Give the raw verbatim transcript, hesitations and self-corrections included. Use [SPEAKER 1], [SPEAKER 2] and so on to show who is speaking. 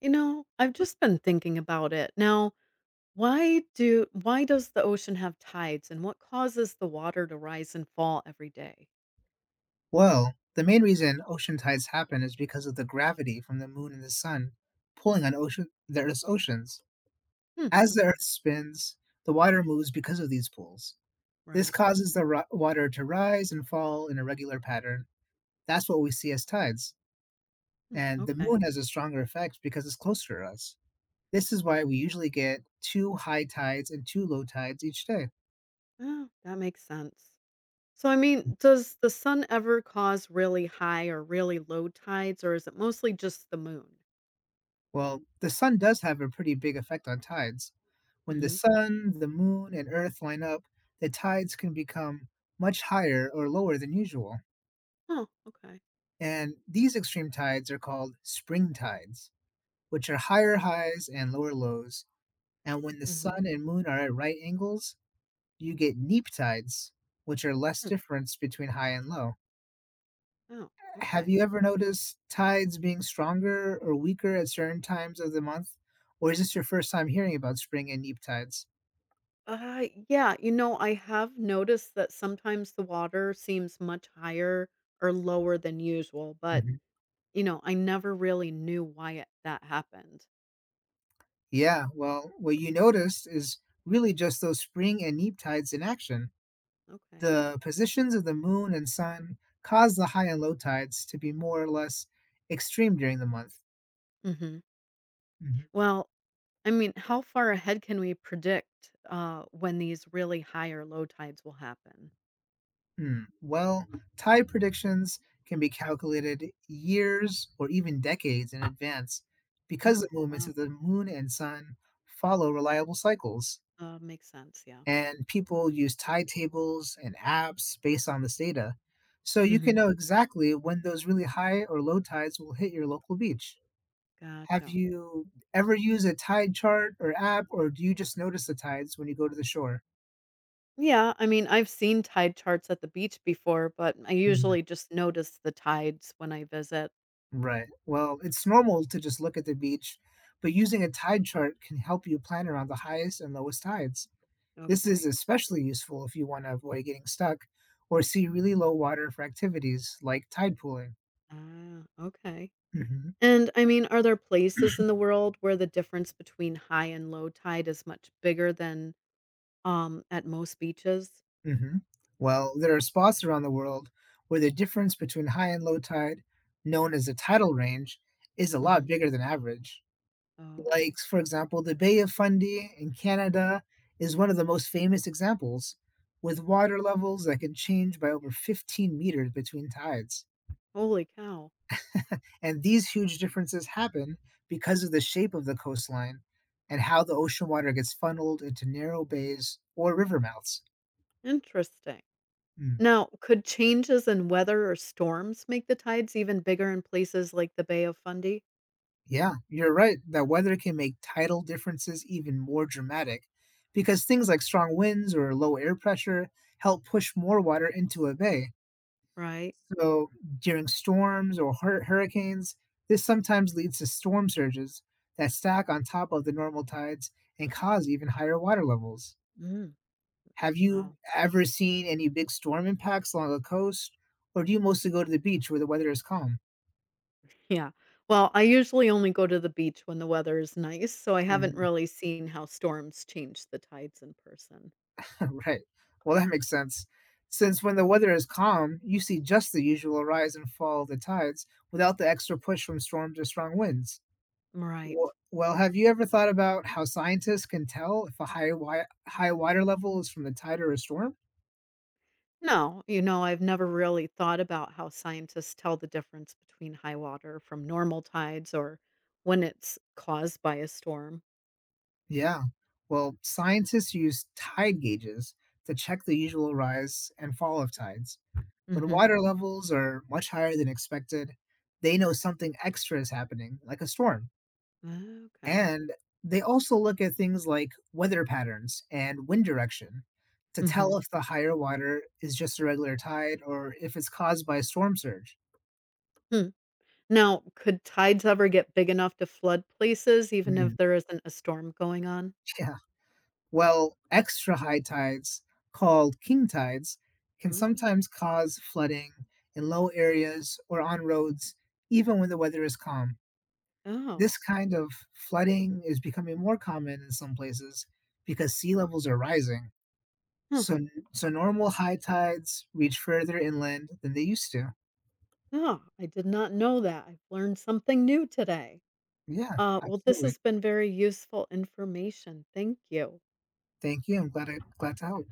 [SPEAKER 1] You know, I've just been thinking about it. Now, why do why does the ocean have tides and what causes the water to rise and fall every day?
[SPEAKER 2] Well, the main reason ocean tides happen is because of the gravity from the moon and the sun pulling on ocean the Earth's oceans.
[SPEAKER 1] Hmm,
[SPEAKER 2] As the
[SPEAKER 1] okay.
[SPEAKER 2] Earth spins, the water moves because of these pulls. This
[SPEAKER 1] Right.
[SPEAKER 2] causes the ri- water to rise and fall in a regular pattern. That's what we see as tides.
[SPEAKER 1] Hmm,
[SPEAKER 2] And the
[SPEAKER 1] okay.
[SPEAKER 2] moon has a stronger effect because it's closer to us. This is why we usually get two high tides and two low tides each day.
[SPEAKER 1] Oh, that makes sense. So I mean, does the sun ever cause really high or really low tides, or is it mostly just the moon?
[SPEAKER 2] Well, the sun does have a pretty big effect on tides. When the
[SPEAKER 1] Mhm.
[SPEAKER 2] sun, the moon, and earth line up, the tides can become much higher or lower than usual.
[SPEAKER 1] Oh, okay.
[SPEAKER 2] And these extreme tides are called spring tides, which are higher highs and lower lows. And when the
[SPEAKER 1] Mhm.
[SPEAKER 2] sun and moon are at right angles, you get neap tides, which are less
[SPEAKER 1] Hmm.
[SPEAKER 2] difference between high and low.
[SPEAKER 1] Oh,
[SPEAKER 2] Have
[SPEAKER 1] okay.
[SPEAKER 2] you ever noticed tides being stronger or weaker at certain times of the month? Or is this your first time hearing about spring and neap tides?
[SPEAKER 1] Uh, yeah, you know, I have noticed that sometimes the water seems much higher or lower than usual, but
[SPEAKER 2] Mhm.
[SPEAKER 1] you know, I never really knew why it, that happened.
[SPEAKER 2] Yeah, well, what you noticed is really just those spring and neap tides in action.
[SPEAKER 1] Okay.
[SPEAKER 2] The positions of the moon and sun cause the high and low tides to be more or less extreme during the month.
[SPEAKER 1] Hmm.
[SPEAKER 2] Mhm.
[SPEAKER 1] Well, I mean, how far ahead can we predict uh, when these really high or low tides will happen?
[SPEAKER 2] Hmm. Well, tide predictions can be calculated years or even decades in advance because the
[SPEAKER 1] Mm,
[SPEAKER 2] movements of
[SPEAKER 1] wow,
[SPEAKER 2] the moon and sun follow reliable cycles.
[SPEAKER 1] uh, makes sense. Yeah.
[SPEAKER 2] And people use tide tables and apps based on this data, so you can
[SPEAKER 1] Hmm.
[SPEAKER 2] know exactly when those really high or low tides will hit your local beach. Have
[SPEAKER 1] Gotcha.
[SPEAKER 2] you ever used a tide chart or app, or do you just notice the tides when you go to the shore?
[SPEAKER 1] Yeah, I mean, I've seen tide charts at the beach before, but I
[SPEAKER 2] Mhm.
[SPEAKER 1] usually just notice the tides when I visit.
[SPEAKER 2] Right. Well, it's normal to just look at the beach, but using a tide chart can help you plan around the highest and lowest tides. This is
[SPEAKER 1] Okay.
[SPEAKER 2] especially useful if you want to avoid getting stuck or see really low water for activities like tide pooling.
[SPEAKER 1] Ah, okay.
[SPEAKER 2] Mhm.
[SPEAKER 1] And I mean, are there places in the world where the difference between high and low tide is much bigger than um at most beaches?
[SPEAKER 2] hmm Well, there are spots around the world where the difference between high and low tide, known as the tidal range, is a lot
[SPEAKER 1] Hmm.
[SPEAKER 2] bigger than average. Like,
[SPEAKER 1] Okay.
[SPEAKER 2] for example, the Bay of Fundy in Canada is one of the most famous examples, with water levels that can change by over fifteen meters between tides.
[SPEAKER 1] Holy cow.
[SPEAKER 2] And these huge differences happen because of the shape of the coastline and how the ocean water gets funneled into narrow bays or river mouths.
[SPEAKER 1] Interesting.
[SPEAKER 2] Hmm.
[SPEAKER 1] Now, could changes in weather or storms make the tides even bigger in places like the Bay of Fundy?
[SPEAKER 2] Yeah, you're right that weather can make tidal differences even more dramatic because things like strong winds or low air pressure help push more water into a bay.
[SPEAKER 1] Right.
[SPEAKER 2] So, during storms or hur- hurricanes, this sometimes leads to storm surges that stack on top of the normal tides and cause even higher water levels.
[SPEAKER 1] Mm,
[SPEAKER 2] Have you
[SPEAKER 1] wow.
[SPEAKER 2] ever seen any big storm impacts along the coast, or do you mostly go to the beach where the weather is calm?
[SPEAKER 1] Yeah. Well, I usually only go to the beach when the weather is nice, so I haven't
[SPEAKER 2] Hmm.
[SPEAKER 1] really seen how storms change the tides in person.
[SPEAKER 2] Right. Well, that makes sense. Since when the weather is calm, you see just the usual rise and fall of the tides without the extra push from storms or strong winds.
[SPEAKER 1] Right.
[SPEAKER 2] Wh- Well, have you ever thought about how scientists can tell if a high, wi- high water level is from the tide or a storm?
[SPEAKER 1] No, you know, I've never really thought about how scientists tell the difference between high water from normal tides or when it's caused by a storm.
[SPEAKER 2] Yeah. Well, scientists use tide gauges to check the usual rise and fall of tides. When
[SPEAKER 1] Hmm.
[SPEAKER 2] water levels are much higher than expected, they know something extra is happening, like a storm.
[SPEAKER 1] Okay.
[SPEAKER 2] And they also look at things like weather patterns and wind direction to
[SPEAKER 1] Hmm.
[SPEAKER 2] tell if the higher water is just a regular tide or if it's caused by a storm surge.
[SPEAKER 1] Hmm. Now, could tides ever get big enough to flood places, even if
[SPEAKER 2] Mm.
[SPEAKER 1] there isn't a storm going on?
[SPEAKER 2] Yeah. Well, extra high tides, called king tides, can
[SPEAKER 1] Mm.
[SPEAKER 2] sometimes cause flooding in low areas or on roads, even when the weather is calm.
[SPEAKER 1] Oh,
[SPEAKER 2] This kind of flooding is becoming more common in some places because sea levels are rising.
[SPEAKER 1] huh.
[SPEAKER 2] So so normal high tides reach further inland than they used to.
[SPEAKER 1] Oh, I did not know that. I've learned something new today.
[SPEAKER 2] Yeah,
[SPEAKER 1] Uh, well, this
[SPEAKER 2] absolutely.
[SPEAKER 1] has been very useful information. Thank you.
[SPEAKER 2] Thank you. I'm glad I glad to help.